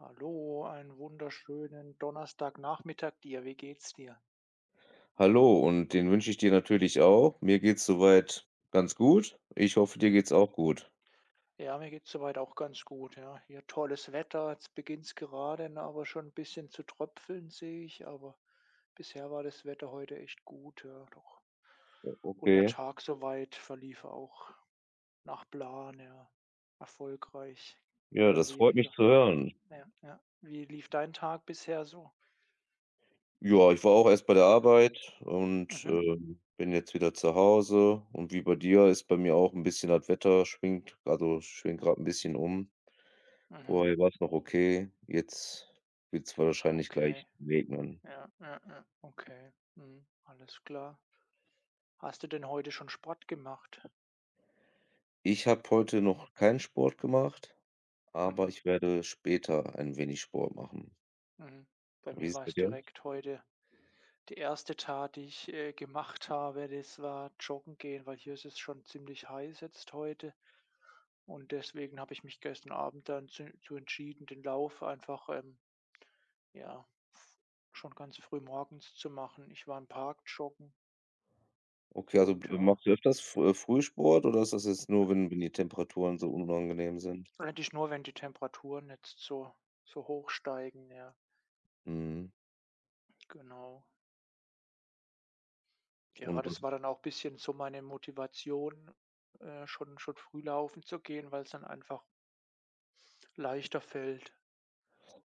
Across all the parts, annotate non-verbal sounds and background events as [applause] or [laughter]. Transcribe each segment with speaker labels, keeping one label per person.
Speaker 1: Hallo, einen wunderschönen Donnerstagnachmittag dir. Wie geht's dir?
Speaker 2: Hallo und den wünsche ich dir natürlich auch. Mir geht's so weit ganz gut. Ich hoffe, dir geht's auch gut.
Speaker 1: Ja, mir geht's soweit auch ganz gut, ja. Hier tolles Wetter. Jetzt beginnt's gerade, ne, aber schon 'n bisschen zu tröpfeln, sehe ich. Aber bisher war das Wetter heute echt gut, ja, doch. Und der
Speaker 2: Okay.
Speaker 1: Tag soweit verlief auch nach Plan, ja. Erfolgreich, mehr
Speaker 2: Ja,
Speaker 1: oder
Speaker 2: das freut mich
Speaker 1: weniger.
Speaker 2: zu hören.
Speaker 1: Ja, ja. Wie lief dein Tag bisher so?
Speaker 2: Ja, ich war auch erst bei der Arbeit und,
Speaker 1: Mhm,
Speaker 2: bin jetzt wieder zu Hause und wie bei dir ist bei mir auch ein bisschen das Wetter schwingt also, schwingt gerade ein bisschen um.
Speaker 1: mhm.
Speaker 2: Vorher war es noch okay, jetzt wird es wahrscheinlich
Speaker 1: Okay.
Speaker 2: gleich regnen.
Speaker 1: Ja, ja, ja. Okay. Mhm. Alles klar. Hast du denn heute schon Sport gemacht?
Speaker 2: Ich habe heute noch keinen Sport gemacht, aber
Speaker 1: Mhm,
Speaker 2: ich werde später ein wenig Sport machen.
Speaker 1: mhm. Bei
Speaker 2: Wie
Speaker 1: mir
Speaker 2: ist es
Speaker 1: war
Speaker 2: bei
Speaker 1: es
Speaker 2: dir?
Speaker 1: direkt heute die erste Tat, die ich, gemacht habe, das war joggen gehen, weil hier ist es schon ziemlich heiß jetzt heute und deswegen habe ich mich gestern Abend dann zu entschieden, den Lauf einfach, ja, f schon ganz früh morgens zu machen. Ich war im Park joggen
Speaker 2: Okay, also,
Speaker 1: und
Speaker 2: b
Speaker 1: ja,
Speaker 2: machst du öfters Fr Frühsport oder ist das jetzt
Speaker 1: äh,
Speaker 2: nur, wenn die Temperaturen so unangenehm sind?
Speaker 1: eigentlich nur, wenn die Temperaturen jetzt so hoch steigen, ja,
Speaker 2: Mhm.
Speaker 1: genau. Ja,
Speaker 2: Und was,
Speaker 1: das war dann auch ein bisschen so meine Motivation, schon früh laufen zu gehen, weil es dann einfach leichter fällt.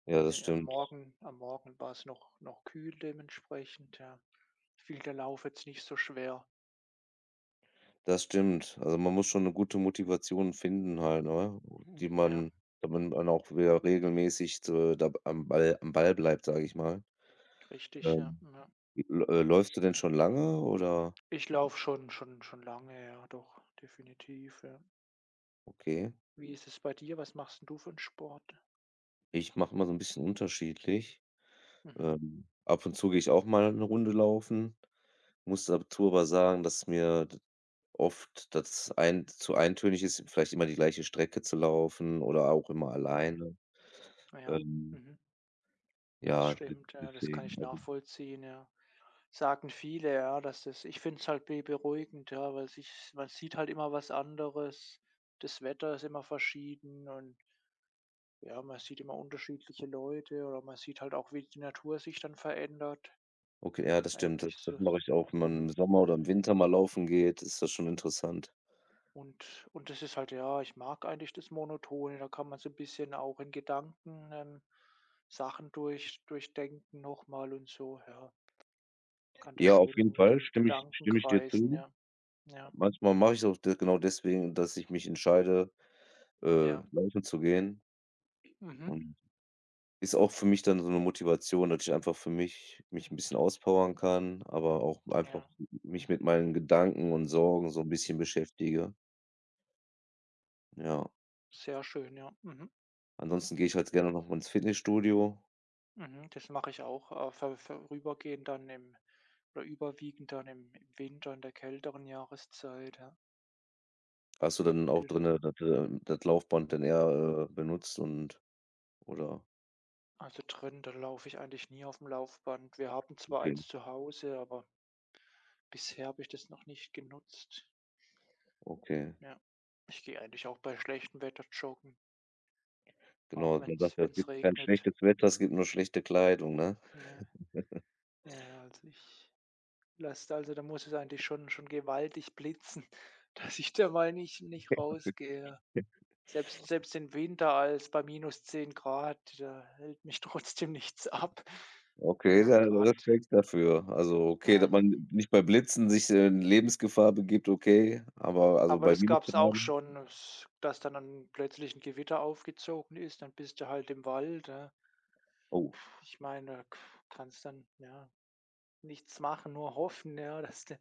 Speaker 2: ja, das
Speaker 1: Äh, am
Speaker 2: stimmt.
Speaker 1: Morgen am Morgen war es noch kühl dementsprechend, ja. Fiel der Lauf jetzt nicht so schwer.
Speaker 2: Das stimmt. Also, man muss schon eine gute Motivation finden halt, ne, die
Speaker 1: Ja,
Speaker 2: man, damit man dann auch wieder regelmäßig so da am Ball bleibt, sage ich mal.
Speaker 1: richtig, ja,
Speaker 2: Ähm,
Speaker 1: ja.
Speaker 2: l läufst du denn schon lange oder?
Speaker 1: Ich laufe schon lange, ja, doch, definitiv, ja.
Speaker 2: Okay.
Speaker 1: Wie ist es bei dir? Was machst 'n du für einen Sport?
Speaker 2: Ich mache mal so ein bisschen unterschiedlich.
Speaker 1: Mhm,
Speaker 2: Ab und zu gehe ich auch mal eine Runde laufen. Muss dazu aber sagen, dass mir d oft das ein zu eintönig ist, vielleicht immer die gleiche Strecke zu laufen oder auch immer
Speaker 1: mhm,
Speaker 2: alleine.
Speaker 1: ja,
Speaker 2: Ähm,
Speaker 1: mhm. Das
Speaker 2: ja, de
Speaker 1: stimmt, ja, das kann
Speaker 2: deswegen,
Speaker 1: ich
Speaker 2: also.
Speaker 1: nachvollziehen, ja. Sagen viele, ja, dass das ich finde es halt be beruhigend, ja, weil sich man sieht halt immer was anderes. Das Wetter ist immer verschieden und ja, man sieht immer unterschiedliche Leute oder man sieht halt auch, wie die Natur sich dann verändert.
Speaker 2: Okay, ja, das stimmt. Das
Speaker 1: Eigentlich
Speaker 2: das
Speaker 1: so
Speaker 2: mache ich auch. Wenn man im
Speaker 1: und
Speaker 2: Sommer oder im Winter mal laufen geht, ist das schon interessant.
Speaker 1: und das ist halt ja, ich mag eigentlich das Monotone, da kann man so ein bisschen auch in Gedanken, Sachen durchdenken nochmal und so, ja. Kann das
Speaker 2: Ja, auf jeden
Speaker 1: schön mit
Speaker 2: Fall
Speaker 1: den
Speaker 2: stimme ich
Speaker 1: Gedanken
Speaker 2: stimme ich dir
Speaker 1: kreisen,
Speaker 2: zu.
Speaker 1: ja. Ja,
Speaker 2: Manchmal mache ich es auch de genau deswegen, dass ich mich entscheide,
Speaker 1: ja.
Speaker 2: laufen zu gehen,
Speaker 1: Mhm,
Speaker 2: und ist auch für mich dann so 'ne Motivation, dass ich einfach für mich 'n bisschen auspowern kann, aber auch einfach
Speaker 1: ja.
Speaker 2: mich mit meinen Gedanken und Sorgen so 'n bisschen beschäftige, ja.
Speaker 1: Sehr schön, ja. Mhm,
Speaker 2: Ansonsten gehe ich halt gerne noch mal ins Fitnessstudio.
Speaker 1: mhm. Das mache ich auch, vor vorübergehend dann im oder überwiegend dann im Winter in der kälteren Jahreszeit, ja,
Speaker 2: Hast du dann auch
Speaker 1: genau.
Speaker 2: drinne das, das Laufband dann eher, benutzt und oder?
Speaker 1: Also, drin, da laufe ich eigentlich nie auf dem Laufband. Wir haben zwar
Speaker 2: Okay,
Speaker 1: eins zu Hause, aber bisher habe ich das noch nicht genutzt.
Speaker 2: okay.
Speaker 1: Ja. Ich gehe eigentlich auch bei schlechtem Wetter joggen,
Speaker 2: Genau,
Speaker 1: auch wenn
Speaker 2: man sagt
Speaker 1: es
Speaker 2: ja,
Speaker 1: wenn
Speaker 2: es
Speaker 1: es
Speaker 2: gibt kein
Speaker 1: regnet.
Speaker 2: schlechtes Wetter, es gibt nur schlechte Kleidung, ne?
Speaker 1: Ja, ja, ja, also, da muss es eigentlich schon gewaltig blitzen, [laughs] dass ich da mal nicht rausgehe. Selbst im Winter als bei -10 °C, da hält mich [laughs] trotzdem nichts ab.
Speaker 2: Okay,
Speaker 1: Ja,
Speaker 2: da
Speaker 1: gerade
Speaker 2: Respekt dafür. Also, okay, dass
Speaker 1: ja.
Speaker 2: man nicht bei Blitzen sich, in Lebensgefahr begibt, okay, aber also,
Speaker 1: Aber
Speaker 2: bei
Speaker 1: das gab es auch
Speaker 2: Minusgraden?
Speaker 1: schon, s dass dann ein plötzlich 'n Gewitter aufgezogen ist, dann bist du halt im Wald, ja.
Speaker 2: Oh,
Speaker 1: Ich meine, da k kannst dann, ja, nichts machen, nur hoffen, ja, [laughs] dass de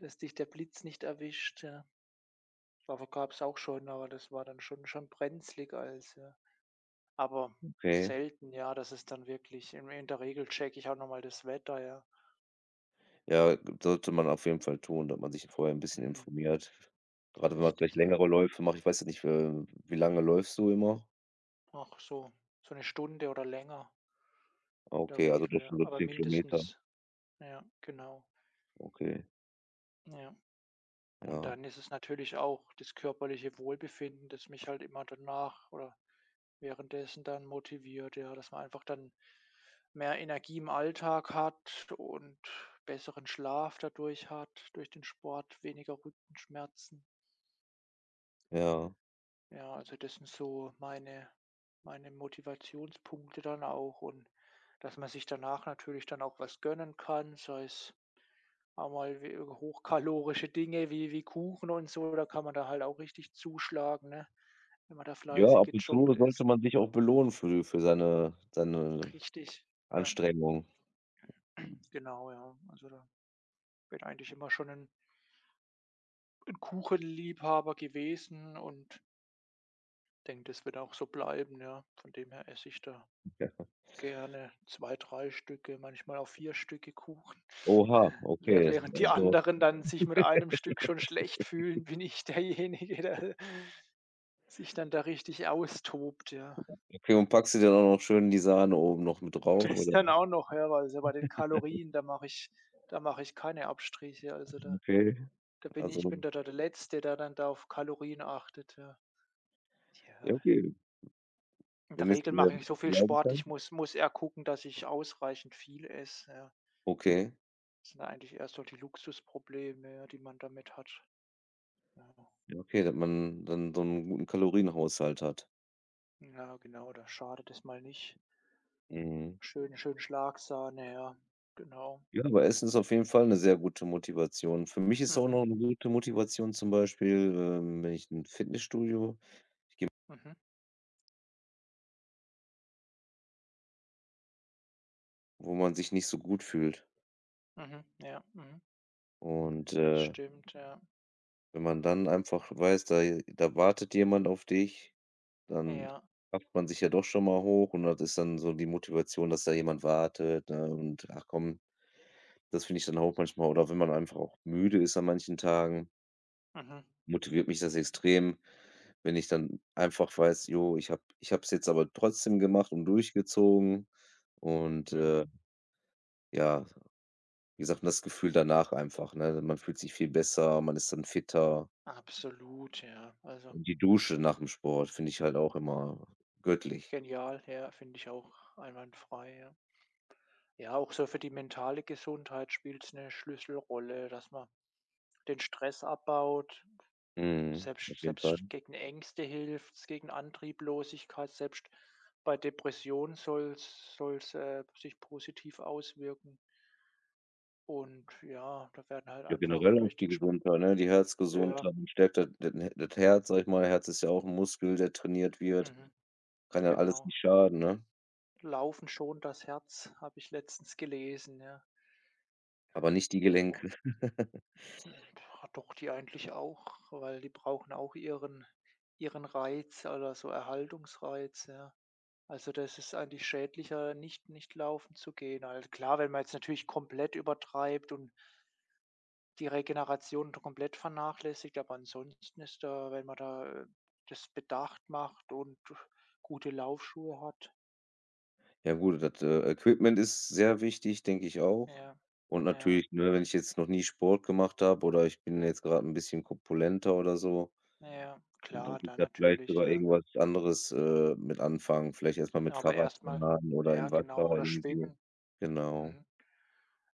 Speaker 1: dass dich der Blitz nicht erwischt, ja. Aber gab es auch schon, aber das war dann schon brenzlig als ja. Aber
Speaker 2: okay.
Speaker 1: selten, ja, das ist dann wirklich in der Regel checke ich auch noch mal das Wetter, ja.
Speaker 2: Ja, sollte man auf jeden Fall tun, dass man sich vorher ein bisschen
Speaker 1: Mhm.
Speaker 2: informiert. Gerade wenn man vielleicht
Speaker 1: Richtig, ja.
Speaker 2: längere Läufe macht. Ich weiß ja nicht, wie lange läufst du immer?
Speaker 1: Ach so, so eine Stunde oder länger
Speaker 2: Ah,
Speaker 1: in der
Speaker 2: okay, also,
Speaker 1: Regel,
Speaker 2: das sind
Speaker 1: ja.
Speaker 2: so
Speaker 1: Aber
Speaker 2: 10 Kilometer.
Speaker 1: mindestens, ja, genau.
Speaker 2: Okay,
Speaker 1: Ja. Und
Speaker 2: ja,
Speaker 1: dann ist es natürlich auch das körperliche Wohlbefinden, das mich halt immer danach oder währenddessen dann motiviert, ja, dass man einfach dann mehr Energie im Alltag hat und besseren Schlaf dadurch hat, durch den Sport, weniger Rückenschmerzen.
Speaker 2: ja.
Speaker 1: Ja, also das sind so meine Motivationspunkte dann auch und dass man sich danach natürlich dann auch was gönnen kann, sei es auch mal wie hochkalorische Dinge wie Kuchen und so, da kann man da halt auch richtig zuschlagen, ne, wenn man da
Speaker 2: Ja,
Speaker 1: fleißig
Speaker 2: ab und zu
Speaker 1: gejoggt
Speaker 2: sollte
Speaker 1: ist.
Speaker 2: man sich auch belohnen für seine
Speaker 1: Richtig, ja,
Speaker 2: Anstrengung.
Speaker 1: [clears throat] genau, ja. Also, da bin eigentlich immer schon ein 'n Kuchenliebhaber gewesen und denke, das wird auch so bleiben, ja. Von dem her esse ich da gerne 2 3 Stücke, manchmal auch 4 Stücke Kuchen.
Speaker 2: Oha,
Speaker 1: [laughs] Wäh
Speaker 2: okay,
Speaker 1: während die
Speaker 2: also.
Speaker 1: anderen dann sich mit einem Stück schon schlecht fühlen, bin ich derjenige, der sich dann da richtig austobt, ja.
Speaker 2: Okay, und packst du dir dann auch schön die Sahne oben noch mit drauf,
Speaker 1: [laughs] Das
Speaker 2: oder?
Speaker 1: dann auch noch, ja, weil so bei den Kalorien, da mache ich keine Abstriche. Also, da
Speaker 2: Okay,
Speaker 1: da bin ich
Speaker 2: also,
Speaker 1: bin da der Letzte, der dann da auf Kalorien achtet, ja. Ja,
Speaker 2: ja, okay,
Speaker 1: in
Speaker 2: wenn
Speaker 1: der
Speaker 2: ich's
Speaker 1: Regel
Speaker 2: mir
Speaker 1: mache ich so viel
Speaker 2: erlauben
Speaker 1: Sport,
Speaker 2: kann.
Speaker 1: ich muss eher gucken, dass ich ausreichend viel esse, ja.
Speaker 2: Okay,
Speaker 1: Das sind eigentlich eher so die Luxusprobleme, ja, die man damit hat. Ja.
Speaker 2: ja, okay, dass man dann so 'n guten Kalorienhaushalt hat.
Speaker 1: Ja, genau, da schadet es mal nicht.
Speaker 2: Mhm.
Speaker 1: Schön schön Schlagsahne, ja, genau.
Speaker 2: Ja, aber Essen ist auf jeden Fall 'ne sehr gute Motivation. Für mich ist auch
Speaker 1: Mhm,
Speaker 2: noch 'ne gute Motivation zum Beispiel, wenn ich 'n Fitnessstudio,
Speaker 1: mhm,
Speaker 2: wo man sich nicht so gut fühlt.
Speaker 1: mhm, ja, mhm,
Speaker 2: Und,
Speaker 1: das stimmt, ja.
Speaker 2: wenn man dann einfach weiß, da wartet jemand auf dich. Dann
Speaker 1: Ja,
Speaker 2: rafft man sich ja doch schon mal hoch und das ist dann so die Motivation, dass da jemand wartet, ne? Und ach komm, das finde ich dann auch manchmal, oder wenn man einfach auch müde ist an manchen Tagen,
Speaker 1: mhm,
Speaker 2: motiviert mich das extrem, wenn ich dann einfach weiß: „Jo, ich habe es jetzt aber trotzdem gemacht und durchgezogen." Und,
Speaker 1: mhm.
Speaker 2: ja, wie gesagt, das Gefühl danach einfach, ne? Man fühlt sich viel besser, man ist dann fitter.
Speaker 1: Absolut, ja. Also,
Speaker 2: Und die Dusche nach dem Sport finde ich halt auch immer göttlich.
Speaker 1: genial, ja, finde ich auch einwandfrei, ja. Ja, auch so für die mentale Gesundheit spielt es eine Schlüsselrolle, dass man den Stress abbaut.
Speaker 2: Mhm, auf
Speaker 1: Selbst
Speaker 2: jeden Fall.
Speaker 1: selbst gegen Ängste hilft's, gegen Antrieblosigkeit, selbst bei Depressionen soll's sich positiv auswirken. Und ja, da werden halt
Speaker 2: Ja,
Speaker 1: einfach
Speaker 2: generell auch
Speaker 1: durch
Speaker 2: die
Speaker 1: den Sp
Speaker 2: Gesundheit, ne? Die
Speaker 1: ja,
Speaker 2: Herzgesundheit, man stärkt da den, das Herz, sag ich mal. Herz ist ja auch ein Muskel, der trainiert wird.
Speaker 1: mhm,
Speaker 2: Kann ja alles
Speaker 1: genau.
Speaker 2: nicht schaden, ne?
Speaker 1: „Laufen schon das Herz", habe ich letztens gelesen, ja.
Speaker 2: Aber nicht die
Speaker 1: Obwohl
Speaker 2: Gelenke. [laughs]
Speaker 1: ja doch, die eigentlich auch, weil die brauchen auch ihren Reiz oder so Erhaltungsreiz, ja. Also, das ist eigentlich schädlicher, nicht laufen zu gehen. Also, klar, wenn man jetzt natürlich komplett übertreibt und die Regeneration komplett vernachlässigt, aber ansonsten ist da wenn man da, das bedacht macht und gute Laufschuhe hat.
Speaker 2: Ja gut, das, Equipment ist sehr wichtig, denke ich auch.
Speaker 1: Ja,
Speaker 2: Und
Speaker 1: ja,
Speaker 2: natürlich, ne, wenn ich jetzt noch nie Sport gemacht habe oder ich bin jetzt gerade ein bisschen korpulenter oder so,
Speaker 1: ja,
Speaker 2: dann
Speaker 1: klar,
Speaker 2: ist
Speaker 1: da
Speaker 2: da vielleicht
Speaker 1: natürlich,
Speaker 2: sogar
Speaker 1: ja.
Speaker 2: irgendwas anderes, mit anfangen. Vielleicht erstmal mit
Speaker 1: Aber erstmal,
Speaker 2: Fahrradfahren oder
Speaker 1: ja,
Speaker 2: im
Speaker 1: genau,
Speaker 2: Wasser
Speaker 1: oder
Speaker 2: irgendwie.
Speaker 1: schwimmen.
Speaker 2: Genau.
Speaker 1: Mhm.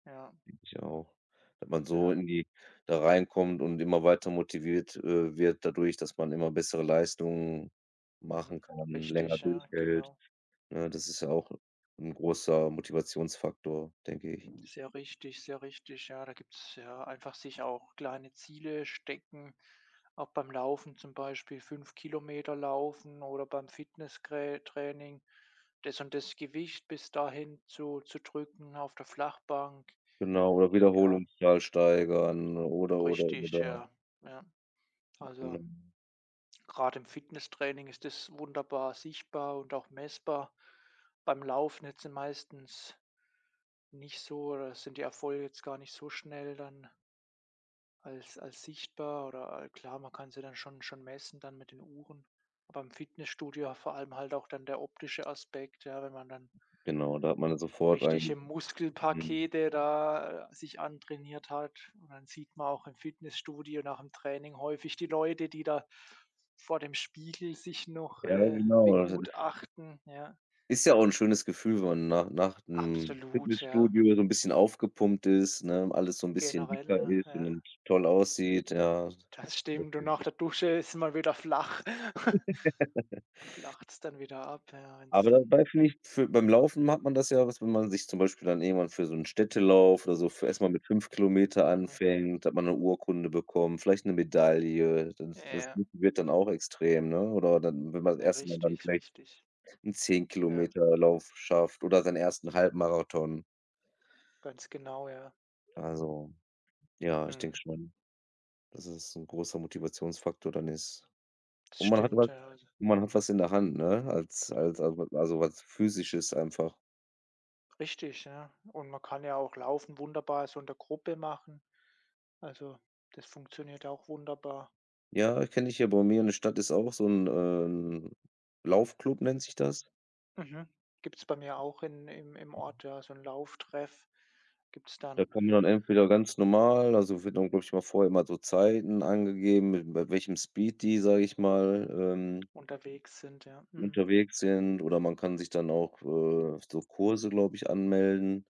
Speaker 1: Ja,
Speaker 2: Ich auch. Dass man so
Speaker 1: ja,
Speaker 2: in die da reinkommt und immer weiter motiviert, wird, dadurch, dass man immer bessere Leistungen
Speaker 1: mhm.
Speaker 2: machen kann, länger
Speaker 1: Richtig, ja,
Speaker 2: durchhält,
Speaker 1: genau.
Speaker 2: ne? Das ist ja auch 'n großer Motivationsfaktor, denke ich.
Speaker 1: Sehr richtig, sehr richtig. Ja, da gibt es ja einfach sich auch kleine Ziele stecken. Auch beim Laufen zum Beispiel 5 km laufen oder beim Fitnesstraining das und das Gewicht bis dahin zu drücken auf der Flachbank.
Speaker 2: Genau, oder
Speaker 1: Ja,
Speaker 2: Wiederholungszahl steigern oder,
Speaker 1: richtig,
Speaker 2: oder.
Speaker 1: ja. Ja, also
Speaker 2: Genau.
Speaker 1: gerade im Fitnesstraining ist das wunderbar sichtbar und auch messbar. Beim Laufen jetzt meistens nicht so oder sind die Erfolge jetzt gar nicht so schnell dann als sichtbar oder al klar, man kann sie dann schon messen dann mit den Uhren. Aber im Fitnessstudio vor allem halt auch dann der optische Aspekt, ja, wenn man dann
Speaker 2: Genau, da hat man sofort ein.
Speaker 1: richtige
Speaker 2: Mhm.
Speaker 1: Muskelpakete da, sich antrainiert hat. Und dann sieht man auch im Fitnessstudio nach dem Training häufig die Leute, die da vor dem Spiegel sich noch,
Speaker 2: Ja, genau.
Speaker 1: begutachten, ja.
Speaker 2: Ist ja auch 'n schönes Gefühl, wenn man nach 'nem
Speaker 1: Absolut, ja,
Speaker 2: Fitnessstudio so 'n bisschen aufgepumpt ist, ne, alles so 'n bisschen
Speaker 1: generell,
Speaker 2: dicker
Speaker 1: ne?
Speaker 2: ist
Speaker 1: Ja,
Speaker 2: und toll aussieht, ja.
Speaker 1: das stimmt. Und
Speaker 2: [laughs]
Speaker 1: nach der Dusche ist man wieder flach. [laughs]
Speaker 2: [unintelligible]
Speaker 1: Flacht's dann wieder ab, ja, wenn's
Speaker 2: Aber
Speaker 1: dann
Speaker 2: dabei finde ich, für beim Laufen hat man das ja, was, wenn man sich zum Beispiel dann irgendwann für so 'n Städtelauf oder so, für erst mal mit 5 Kilometer
Speaker 1: Mhm.
Speaker 2: anfängt, hat man 'ne Urkunde bekommen, vielleicht 'ne Medaille. Das das
Speaker 1: Ja,
Speaker 2: motiviert dann auch extrem, ne? Oder dann, wenn man das
Speaker 1: ja,
Speaker 2: erste Mal dann
Speaker 1: richtig,
Speaker 2: vielleicht
Speaker 1: richtig.
Speaker 2: 'n zehn
Speaker 1: Ja,
Speaker 2: km Lauf schafft oder seinen ersten Halbmarathon.
Speaker 1: ganz genau, ja.
Speaker 2: Also, ja, ich denke
Speaker 1: Mhm.
Speaker 2: schon. Dass es ein großer Motivationsfaktor dann ist.
Speaker 1: Das
Speaker 2: Und man hat
Speaker 1: stimmt,
Speaker 2: was,
Speaker 1: ja. Also,
Speaker 2: und man hat was in der Hand, ne, als also was Physisches einfach.
Speaker 1: richtig, ja. Und man kann ja auch Laufen wunderbar so in der Gruppe machen. Also, das funktioniert auch wunderbar.
Speaker 2: Ja, kenne ich, ja, bei mir in der Stadt ist auch so 'n, Laufclub nennt sich das.
Speaker 1: Mhm. Gibt's bei mir auch im Ort, ja, so ein Lauftreff gibt's
Speaker 2: Da
Speaker 1: dann,
Speaker 2: kann man dann entweder ganz normal, also wird dann, glaube ich mal, vorher immer so Zeiten angegeben, mit bei welchem Speed die, sage ich mal,
Speaker 1: unterwegs sind, ja. Mhm.
Speaker 2: unterwegs sind, oder man kann sich dann auch, so Kurse, glaube ich, anmelden.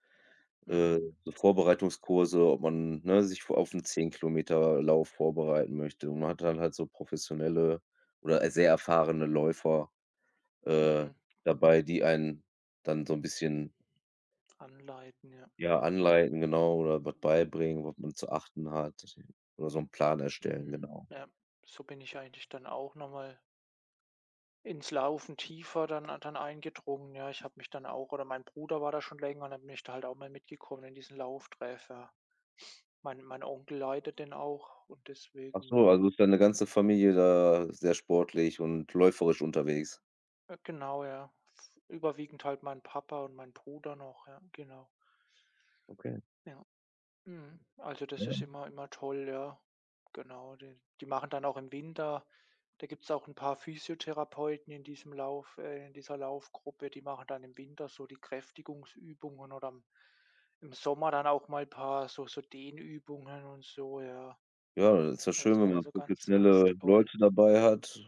Speaker 1: Mhm.
Speaker 2: So Vorbereitungskurse, ob man, ne, sich v auf einen 10 Kilometer Lauf vorbereiten möchte. Und man hat dann halt so professionelle oder sehr erfahrene Läufer, äh,
Speaker 1: Mhm.
Speaker 2: dabei, die einen dann so ein bisschen,
Speaker 1: Anleiten, ja.
Speaker 2: ja, anleiten, genau, oder was beibringen, was man zu achten hat, oder so einen Plan erstellen,
Speaker 1: Mhm.
Speaker 2: genau.
Speaker 1: Ja, so bin ich eigentlich dann auch nochmal. Ins Laufen tiefer dann eingedrungen, ja. Ich habe mich dann auch oder mein Bruder war da schon länger und dann bin ich da halt auch mal mitgekommen in diesen Lauftreff, ja. Mein Onkel leitet den auch und
Speaker 2: Ach
Speaker 1: deswegen,
Speaker 2: so,
Speaker 1: ja.
Speaker 2: also ist deine ganze Familie da sehr sportlich und läuferisch unterwegs?
Speaker 1: Genau, ja. F überwiegend halt mein Papa und mein Bruder noch, ja, genau.
Speaker 2: Okay,
Speaker 1: Ja. Mhm. Also, das
Speaker 2: ja.
Speaker 1: ist immer immer toll, ja. Genau, die machen dann auch im Winter da gibt's auch ein paar Physiotherapeuten in diesem Lauf in dieser Laufgruppe, die machen dann im Winter so die Kräftigungsübungen oder im Sommer dann auch mal ein paar so Dehnübungen und so, ja.
Speaker 2: Ja, ist ja schön,
Speaker 1: Also
Speaker 2: wenn man
Speaker 1: also ganz, ganz
Speaker 2: professionelle
Speaker 1: toll.
Speaker 2: Leute dabei hat.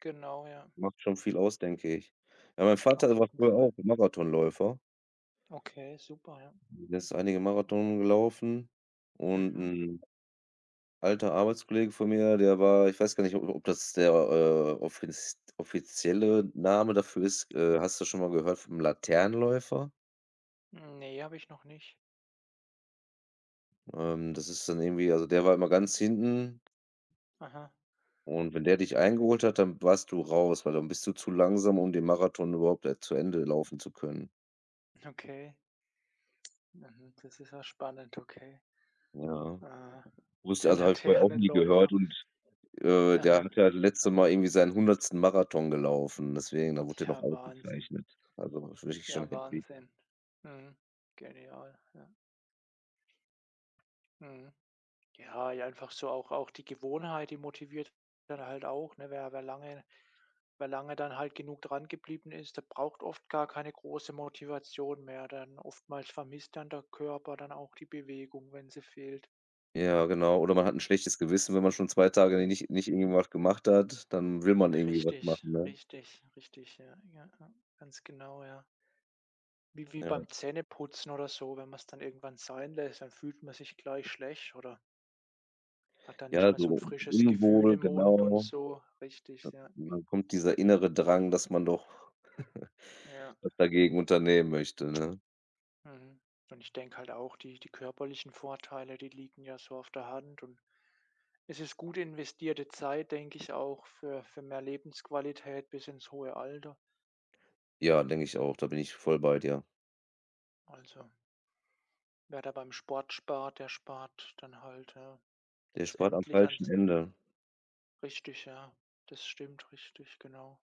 Speaker 1: Genau, ja,
Speaker 2: Macht schon viel aus, denke ich. Ja, mein
Speaker 1: auf
Speaker 2: Vater war
Speaker 1: jeden
Speaker 2: früher
Speaker 1: Fall.
Speaker 2: auch Marathonläufer.
Speaker 1: Okay, super, ja.
Speaker 2: Der ist einige Marathon gelaufen und
Speaker 1: Mhm.
Speaker 2: 'n alter Arbeitskollege von mir, der war, ich weiß gar nicht, ob das der, offizielle Name dafür ist. Hast du schon mal gehört vom Laternenläufer?
Speaker 1: Ne, habe ich noch nicht.
Speaker 2: Das ist dann irgendwie, also, der war immer ganz hinten
Speaker 1: Aha,
Speaker 2: und wenn der dich eingeholt hat, dann warst du raus, weil dann bist du zu langsam, um den Marathon überhaupt, zu Ende laufen zu können.
Speaker 1: okay. Mhm, das ist ja spannend, okay.
Speaker 2: Ja.
Speaker 1: Ah,
Speaker 2: Wusste,
Speaker 1: der
Speaker 2: also, habe ich vorher auch nie gehört,
Speaker 1: Laternenläufer.
Speaker 2: und der
Speaker 1: Aha.
Speaker 2: hat ja das letzte Mal irgendwie seinen hundertsten Marathon gelaufen, deswegen, da wurde der noch
Speaker 1: Ja, Wahnsinn.
Speaker 2: ausgezeichnet. Also, ist wirklich schon
Speaker 1: Ja,
Speaker 2: happy.
Speaker 1: Wahnsinn. Mhm. Genial, ja. Mhm. Ja, ja, einfach so auch die Gewohnheit, die motiviert dann halt auch, ne? Wer lange dann halt genug dran geblieben ist, der braucht oft gar keine große Motivation mehr. Dann oftmals vermisst dann der Körper dann auch die Bewegung, wenn sie fehlt.
Speaker 2: Ja, genau. Oder man hat 'n schlechtes Gewissen, wenn man schon 2 Tage nicht irgendwas gemacht hat, dann will man irgendwie was
Speaker 1: Richtig,
Speaker 2: machen, ne?
Speaker 1: richtig, richtig, ja, ja, ja, ganz genau, ja. Wie
Speaker 2: Ja.
Speaker 1: beim Zähneputzen oder so, wenn man es dann irgendwann sein lässt, dann fühlt man sich gleich schlecht oder hat dann nicht
Speaker 2: Ja,
Speaker 1: mehr so ein
Speaker 2: so
Speaker 1: frisches Gefühl
Speaker 2: unwohl,
Speaker 1: im Mund und
Speaker 2: genau.
Speaker 1: so. Richtig, ja.
Speaker 2: Und dann kommt dieser innere Drang, dass man doch
Speaker 1: Ja,
Speaker 2: was dagegen unternehmen möchte, ne?
Speaker 1: mhm. Und ich denke halt auch, die körperlichen Vorteile, die liegen ja so auf der Hand und es ist gut investierte Zeit, denke ich auch, für mehr Lebensqualität bis ins hohe Alter.
Speaker 2: Ja, denke ich auch, da bin ich voll bei dir.
Speaker 1: Also, wer da beim Sport spart, der spart dann halt, ja,
Speaker 2: Der spart am
Speaker 1: letztendlich
Speaker 2: falschen
Speaker 1: ans
Speaker 2: Ende,
Speaker 1: richtig, ja. Das stimmt, richtig, genau.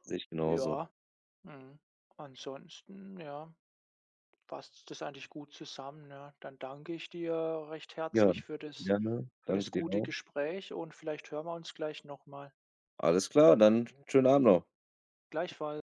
Speaker 2: sehe ich genauso.
Speaker 1: Ja. Mhm. Ansonsten, ja, passt das eigentlich gut zusammen, ja. Dann danke ich dir recht
Speaker 2: Ja,
Speaker 1: herzlich für das
Speaker 2: gerne. Danke dir
Speaker 1: gute
Speaker 2: auch.
Speaker 1: Gespräch und vielleicht hören wir uns gleich nochmal. Mal.
Speaker 2: Alles klar, dann schönen Abend noch.
Speaker 1: Gleichfalls.